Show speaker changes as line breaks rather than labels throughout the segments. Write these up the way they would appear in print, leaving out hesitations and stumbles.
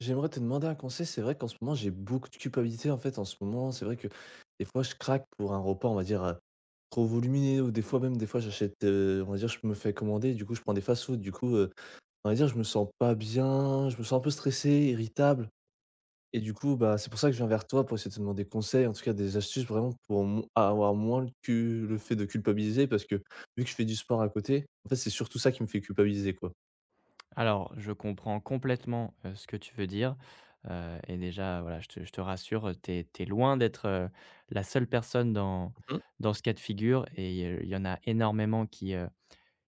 J'aimerais te demander un conseil. C'est vrai qu'en ce moment, j'ai beaucoup de culpabilité en fait. En ce moment, c'est vrai que des fois, je craque pour un repas, on va dire, trop volumineux. Ou des fois, même, des fois, j'achète, on va dire, je me fais commander. Du coup, je prends des fast-food. Du coup, on va dire, je me sens pas bien. Je me sens un peu stressé, irritable. Et du coup, bah, c'est pour ça que je viens vers toi pour essayer de te demander conseil, en tout cas des astuces vraiment pour avoir moins le fait de culpabiliser. Parce que vu que je fais du sport à côté, en fait, c'est surtout ça qui me fait culpabiliser, quoi.
Alors, je comprends complètement, ce que tu veux dire, et déjà, voilà, je te rassure, tu es loin d'être, la seule personne dans
Mhm,
dans ce cas de figure et il y en a énormément qui, heu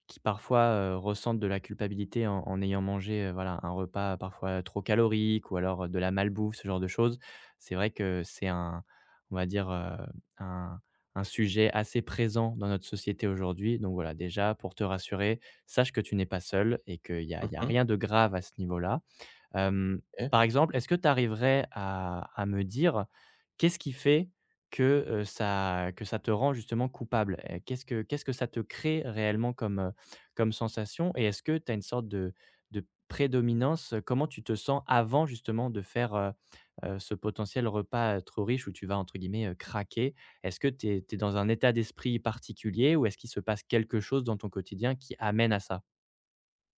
qui parfois, ressentent de la culpabilité en ayant mangé, voilà, un repas parfois trop calorique ou alors, de la malbouffe, ce genre de choses. C'est vrai que c'est, un on va dire, un un sujet assez présent dans notre société aujourd'hui. Donc voilà, déjà pour te rassurer, sache que tu n'es pas seul et qu'il y a
mhm.
rien de grave à ce niveau-là. Hem, Par exemple, est-ce que tu arriverais à me dire qu'est-ce qui fait que, ça que ça te rend justement coupable? Qu'est-ce que ça te crée réellement comme, comme sensation? Et est-ce que tu as une sorte de prédominance? Comment tu te sens avant justement de faire, ce potentiel repas, trop riche où tu vas entre guillemets, «craquer»? Est-ce que tu es dans un état d'esprit particulier ou est-ce qu'il se passe quelque chose dans ton quotidien qui amène à ça?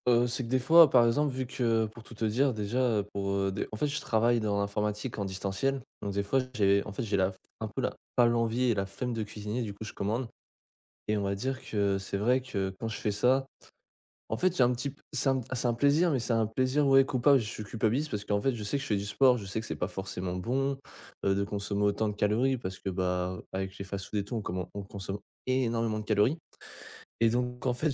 C'est que des fois, par exemple, vu que pour tout te dire déjà, pour, des en fait, je travaille dans l'informatique en distanciel, donc des fois, j'ai la un peu la pas l'envie et la flemme de cuisiner. Du coup, je commande, et on va dire que c'est vrai que quand je fais ça, en fait, j'ai un petit p c'est un plaisir, mais c'est un plaisir, ouais, coupable. Je suis culpabilise parce qu'en fait, je sais que je fais du sport, je sais que c'est pas forcément bon, de consommer autant de calories parce que, bah, avec les fast-food et tout, on consomme énormément de calories, et donc en fait,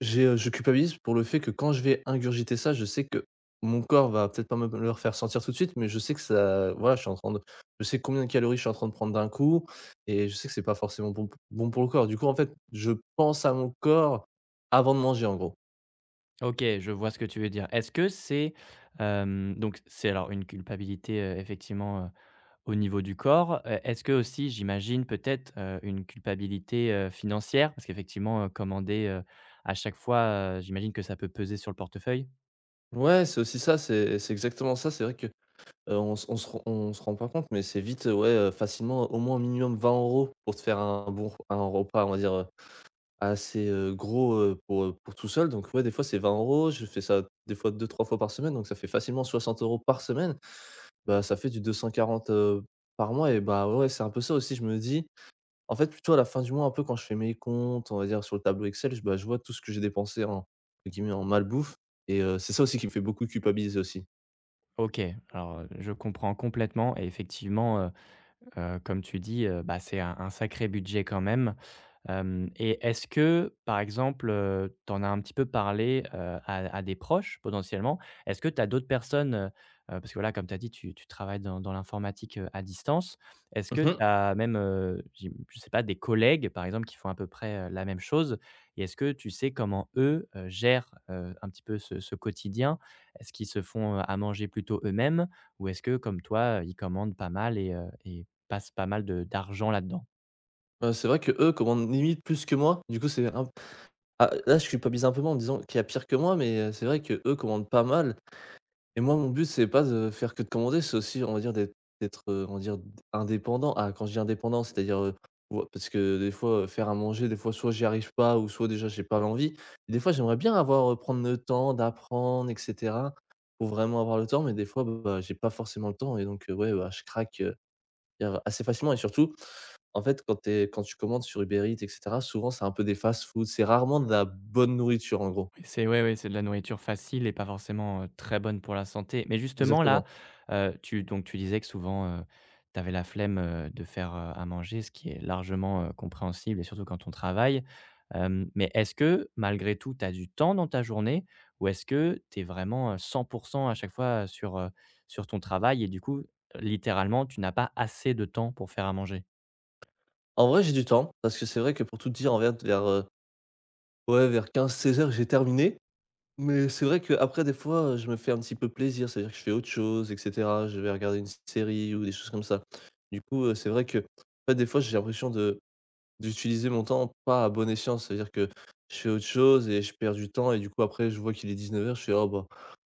je culpabilise pour le fait que quand je vais ingurgiter ça, je sais que mon corps va peut-être pas me le refaire sentir tout de suite, mais je sais que ça voilà, je suis en train de je sais combien de calories je suis en train de prendre d'un coup, et je sais que c'est pas forcément bon bon pour le corps. Du coup, en fait, je pense à mon corps avant de manger, en gros.
OK, je vois ce que tu veux dire. Est-ce que c'est, donc c'est alors une culpabilité, effectivement, au niveau du corps, est-ce que aussi j'imagine peut-être, une culpabilité, financière? Parce qu'effectivement, commander, à chaque fois, j'imagine que ça peut peser sur le portefeuille?
Ouais, c'est aussi ça, c'est exactement ça. C'est vrai que, on se rend pas compte, mais c'est vite, ouais, facilement au moins minimum 20 euros pour te faire un bon r un repas, on va dire, assez c'est, gros, pour tout seul. Donc ouais, des fois c'est 20 euros, je fais ça des fois deux trois fois par semaine, donc ça fait facilement 60 euros par semaine. Bah, ça fait du 240, par mois. Et bah, ouais, c'est un peu ça aussi, je me dis, en fait, plutôt à la fin du mois, un peu, quand je fais mes comptes, on va dire sur le tableau Excel, je vois tout ce que j'ai dépensé en entre guillemets «en malbouffe», et c'est ça aussi qui me fait beaucoup culpabiliser aussi.
OK, alors, je comprends complètement et effectivement, comme tu dis, bah, c'est un sacré budget quand même. Hem Et est-ce que, par exemple, tu en as un petit peu parlé, à des proches potentiellement? Est-ce que tu as d'autres personnes, parce que voilà, comme tu as dit, tu travailles dans l'informatique, à distance. Est-ce que
Mmh
tu
mh.
as même, j'im je sais pas, des collègues, par exemple, qui font à peu près, la même chose? Et est-ce que tu sais comment eux, gèrent, un petit peu ce quotidien? Est-ce qu'ils se font, à manger plutôt eux-mêmes? Ou est-ce que, comme toi, ils commandent pas mal et passe pas mal de d'argent là-dedans.
C'est vrai que eux commandent limite plus que moi. Du coup, c'est un Ah, là, je culpabilise un peu moins en me disant qu'il y a pire que moi, mais c'est vrai que eux commandent pas mal, et moi, mon but, c'est pas de faire que de commander, c'est aussi, on va dire, d'être d'être, on va dire, d indépendant. Ah, quand je dis indépendant, c'est-à-dire, ou parce que des fois, faire à manger, des fois, soit j'y arrive pas, ou soit déjà j'ai pas l'envie. Et des fois, j'aimerais bien prendre le temps d'apprendre, et cetera, pour vraiment avoir le temps, mais des fois, bah, j'ai pas forcément le temps, et donc ouais, bah, je craque, dire assez facilement. Et surtout en fait, quand tu commandes sur Uber Eats, et cetera, souvent, c'est un peu des fast-food, c'est rarement de la bonne nourriture, en gros.
Oui, c'est, ouais, c'est de la nourriture facile et pas forcément, très bonne pour la santé. Mais justement là,
Exactement.
tu donc tu disais que souvent, tu avais la flemme, de faire, à manger, ce qui est largement, compréhensible et surtout quand on travaille. Mais est-ce que malgré tout, tu as du temps dans ta journée ou est-ce que tu es vraiment, 100 à chaque fois, sur ton travail et du coup, littéralement, tu n'as pas assez de temps pour faire à manger?
En vrai, j'ai du temps parce que c'est vrai que pour tout te dire, ouais, vers 15 heures, j'ai terminé, mais c'est vrai qu'après des fois, je me fais un petit peu plaisir, c'est-à-dire que je fais autre chose, et cetera. Je vais regarder une série ou des choses comme ça. Du coup, c'est vrai que, ouais, des fois, j'ai l'impression de d'utiliser mon temps pas à bon escient, c'est-à-dire que je fais autre chose et je perds du temps, et du coup, après, je vois qu'il est 19 heures, je fais: «Oh, bah.»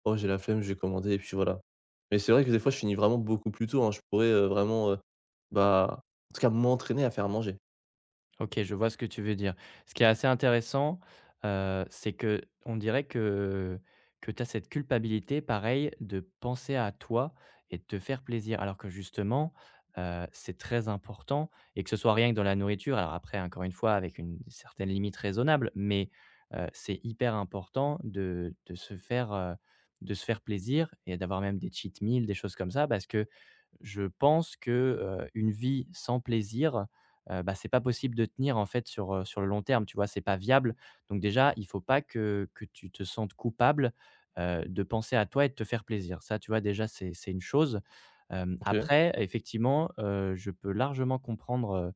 Oh, j'ai la flemme, je vais commander et puis voilà. Mais c'est vrai que des fois, je finis vraiment beaucoup plus tôt, hein. Je pourrais, vraiment, bah, en tout cas, m'entraîner à faire manger.
OK, je vois ce que tu veux dire. Ce qui est assez intéressant, c'est que on dirait que tu as cette culpabilité, pareil, de penser à toi et de te faire plaisir. Alors que justement, c'est très important et que ce soit rien que dans la nourriture, alors après encore une fois avec une certaine limite raisonnable, mais c'est hyper important de se faire plaisir et d'avoir même des cheat meals, des choses comme ça. Parce que je pense que, une vie sans plaisir, bah, c'est pas possible de tenir en fait sur le long terme, tu vois? C'est pas viable. Donc déjà, il faut pas que tu te sentes coupable, de penser à toi et de te faire plaisir. Ça, tu vois, déjà, c'est une chose.
OK.
Après, effectivement, je peux largement comprendre,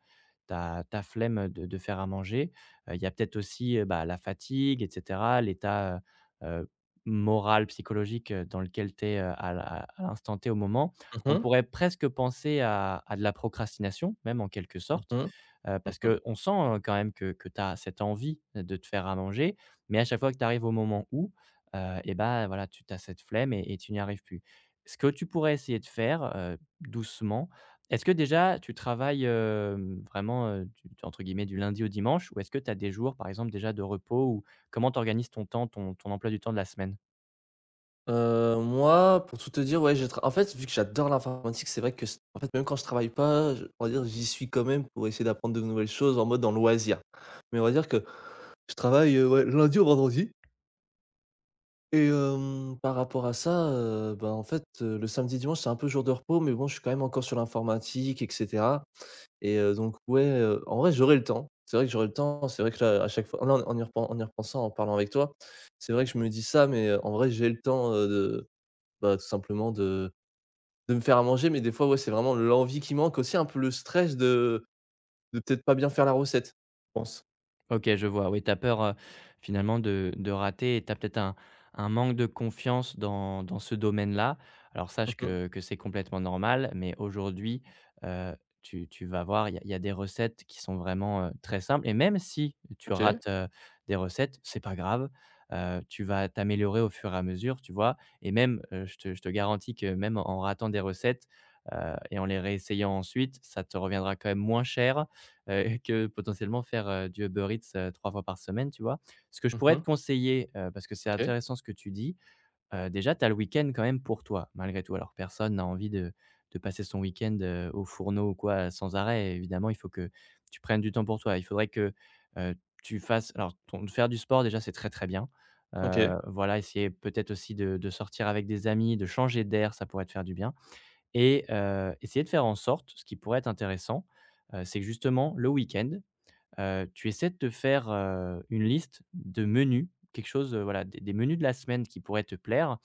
ta flemme de faire à manger. Il y a peut-être aussi, bah, la fatigue et cetera, l'état, heu moral, psychologique, dans lequel tu es, à l'instant T, au moment.
Mmh
On
mh.
pourrait presque penser à de la procrastination, même en quelque sorte.
Mmh mh.
Parce
Mmh.
qu'on sent, quand même que tu as cette envie de te faire à manger, mais à chaque fois que tu arrives au moment où, et ben voilà, tu as cette flemme et tu n'y arrives plus. Ce que tu pourrais essayer de faire, doucement, est-ce que déjà tu travailles, vraiment, du entre guillemets «du lundi au dimanche» ou est-ce que tu as des jours, par exemple, déjà de repos ou comment tu organises ton temps, ton emploi du temps de la semaine?
Moi, pour tout te dire, ouais, j'ai tra en fait, vu que j'adore l'informatique, c'est vrai que c en fait, même quand je travaille pas, je on va dire, j'y suis quand même pour essayer d'apprendre de nouvelles choses en mode en loisir. Mais on va dire que je travaille, ouais, lundi au vendredi, et par rapport à ça, bah, en fait, le samedi, dimanche, c'est un peu jour de repos, mais bon, je suis quand même encore sur l'informatique, et cetera. Et donc ouais, en vrai j'aurai le temps. C'est vrai que j'aurai le temps, c'est vrai que là, à chaque fois là, en y repensant, en parlant avec toi, c'est vrai que je me dis ça, mais en vrai j'ai le temps, de, bah, tout simplement de me faire à manger, mais des fois, ouais, c'est vraiment l'envie qui manque aussi, un peu le stress de peut-être pas bien faire la recette, je pense.
OK, je vois. Oui, tu as peur, finalement de rater et tu as peut-être un manque de confiance dans ce domaine-là. Alors sache
Mmh.
que c'est complètement normal, mais aujourd'hui, heu, tu vas voir, il y a des recettes qui sont vraiment, très simples et même si tu
OK.
rates, des recettes, c'est pas grave, tu vas t'améliorer au fur et à mesure, tu vois? Et même, je te garantis que même en ratant des recettes, et en les réessayant ensuite, ça te reviendra quand même moins cher que potentiellement faire, du Uber Eats, 3 fois par semaine, tu vois? Ce que je pourrais te
Mmh.
conseiller, parce que c'est
OK.
intéressant ce que tu dis, déjà tu as le week-end quand même pour toi, malgré tout. Alors personne n'a envie de passer son week-end, au fourneau ou quoi, sans arrêt. Évidemment, il faut que tu prennes du temps pour toi. Il faudrait que, heu, tu fasses alors ton faire du sport déjà, c'est très, très bien.
OK.
Voilà, essayer peut-être aussi de sortir avec des amis, de changer d'air, ça pourrait te faire du bien. Et essayer de faire en sorte ce qui pourrait être intéressant, c'est que justement le week-end, tu essaies de te faire, une liste de menus, quelque chose, voilà, des menus de la semaine qui pourraient te plaire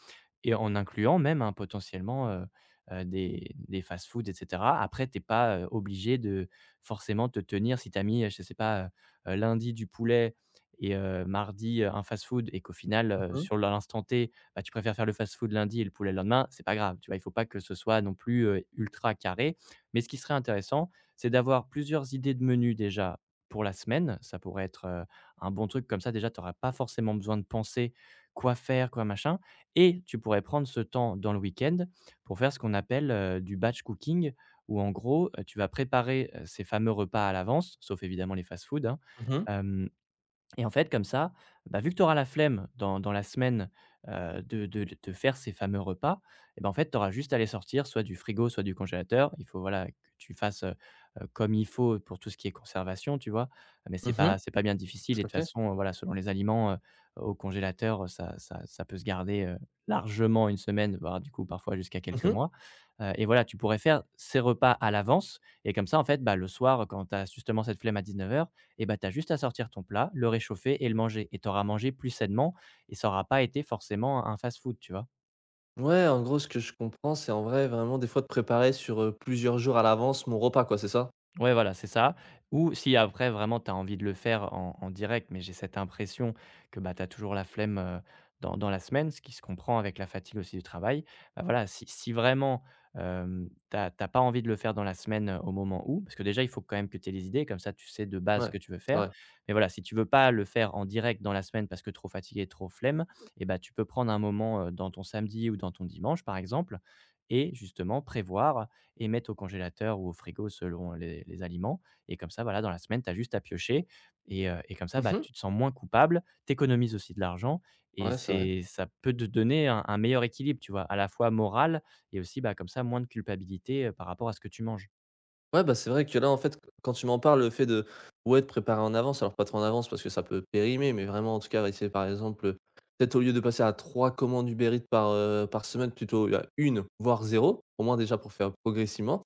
et en incluant même, hein, potentiellement, des fast-foods et cetera. Après, tu es pas, obligé de forcément te tenir si tu as mis, je ne sais pas, lundi du poulet et mardi, un fast-food et qu'au final,
Mmh mh.
sur l'instant T, bah, tu préfères faire le fast-food lundi et le poulet le lendemain, c'est pas grave, tu vois? Il ne faut pas que ce soit non plus, ultra carré. Mais ce qui serait intéressant, c'est d'avoir plusieurs idées de menus déjà pour la semaine. Ça pourrait être, un bon truc comme ça déjà tu n'auras pas forcément besoin de penser quoi faire, quoi machin et tu pourrais prendre ce temps dans le week-end pour faire ce qu'on appelle, du batch cooking où en gros, tu vas préparer, ces fameux repas à l'avance, sauf évidemment les fast-food, hein,
Mmh.
hem et en fait, comme ça, bah, vu que tu auras la flemme dans la semaine, de faire ces fameux repas et ben, en fait, tu auras juste à les sortir soit du frigo, soit du congélateur. Il faut, voilà, que tu fasses, comme il faut pour tout ce qui est conservation, tu vois? Mais c'est pas
Mmh.
c'est pas bien difficile et
Tout
de
à
toute
fait.
façon, voilà, selon les aliments, au congélateur, ça peut se garder, largement une semaine, voire du coup, parfois jusqu'à quelques
Mmh.
mois, et voilà, tu pourrais faire ces repas à l'avance et comme ça, en fait, bah, le soir, quand tu as justement cette flemme à 19 heures et ben tu as juste à sortir ton plat, le réchauffer et le manger et tu auras mangé plus sainement et ça aura pas été forcément un fast-food, tu vois?
Ouais, en gros, ce que je comprends, c'est en vrai vraiment des fois de préparer sur, plusieurs jours à l'avance mon repas, quoi, c'est ça?
Ouais, voilà, c'est ça. Ou si après vraiment tu as envie de le faire en direct, mais j'ai cette impression que, bah, tu as toujours la flemme, dans la semaine, ce qui se comprend avec la fatigue aussi du travail. Bah, voilà, si vraiment, tu as pas envie de le faire dans la semaine, au moment où, parce que déjà il faut quand même que tu aies les idées, comme ça tu sais de base ce
Ouais,
que tu veux
c'est
faire.
vrai.
Mais voilà, si tu veux pas le faire en direct dans la semaine parce que trop fatigué, trop flemme et bah, tu peux prendre un moment, dans ton samedi ou dans ton dimanche par exemple et justement prévoir et mettre au congélateur ou au frigo selon les aliments et comme ça, voilà, dans la semaine, tu as juste à piocher et comme ça, bah,
Mmh.
tu te sens moins coupable, tu économises aussi de l'argent et
Ouais, c'est vrai.
c'est ça peut te donner un meilleur équilibre, tu vois? À la fois moral et aussi, bah, comme ça, moins de culpabilité, par rapport à ce que tu manges.
Ouais, bah, c'est vrai que là, en fait, quand tu m'en parles, le fait de, ouais, de préparer en avance, alors pas trop en avance parce que ça peut périmer, mais vraiment, en tout cas, essayer par exemple, peut-être au lieu de passer à trois commandes Uber Eats par semaine, plutôt à une, voire zéro, au moins déjà pour faire progressivement.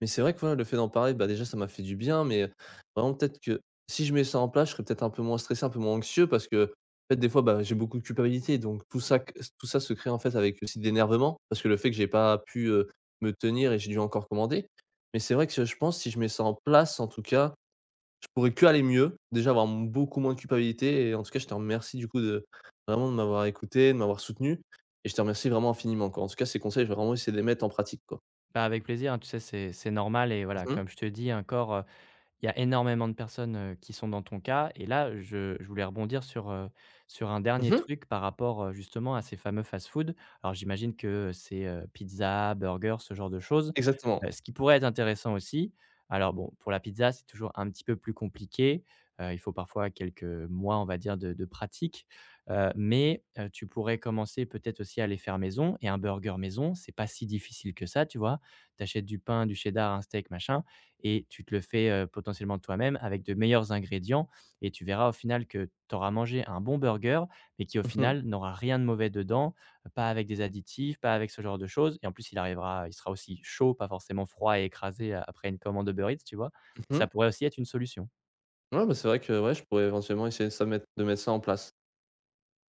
Mais c'est vrai que voilà, le fait d'en parler, bah, déjà, ça m'a fait du bien, mais vraiment, peut-être que si je mets ça en place, je serais peut-être un peu moins stressé, un peu moins anxieux parce que, en fait, des fois, bah, j'ai beaucoup de culpabilité, donc tout ça se crée en fait avec aussi d'énervement parce que le fait que j'ai pas pu me tenir et j'ai dû encore commander. Mais c'est vrai que je pense si je mets ça en place, en tout cas, je pourrais qu'aller mieux. Déjà avoir m beaucoup moins de culpabilité, et en tout cas, je te remercie du coup de vraiment de m'avoir écouté, de m'avoir soutenu, et je te remercie vraiment infiniment, quoi. En tout cas, ces conseils, je vais vraiment essayer de les mettre en pratique, quoi.
Bah, avec plaisir, hein, tu sais, c'est normal et voilà,
Mmh
comme
mh.
je te dis, un corps. Il y a énormément de personnes, qui sont dans ton cas et là, je voulais rebondir sur un dernier
Mmh.
truc par rapport, justement à ces fameux fast-food. Alors j'imagine que c'est, pizza, burger, ce genre de choses.
Exactement.
Ce qui pourrait être intéressant aussi, alors bon, pour la pizza, c'est toujours un petit peu plus compliqué, il faut parfois quelques mois, on va dire, de pratique, mais tu pourrais commencer peut-être aussi à les faire maison et un burger maison, c'est pas si difficile que ça, tu vois? Tu achètes du pain, du cheddar, un steak, machin, et tu te le fais, potentiellement toi-même avec de meilleurs ingrédients et tu verras au final que tu auras mangé un bon burger, mais qui au
Mmh mh.
final n'aura rien de mauvais dedans, pas avec des additifs, pas avec ce genre de choses et en plus il sera aussi chaud, pas forcément froid et écrasé après une commande de Uber Eats, tu vois? Et ça
Mmh.
pourrait aussi être une solution.
Ouais, bah, c'est vrai que, ouais, je pourrais éventuellement essayer de mettre ça en place.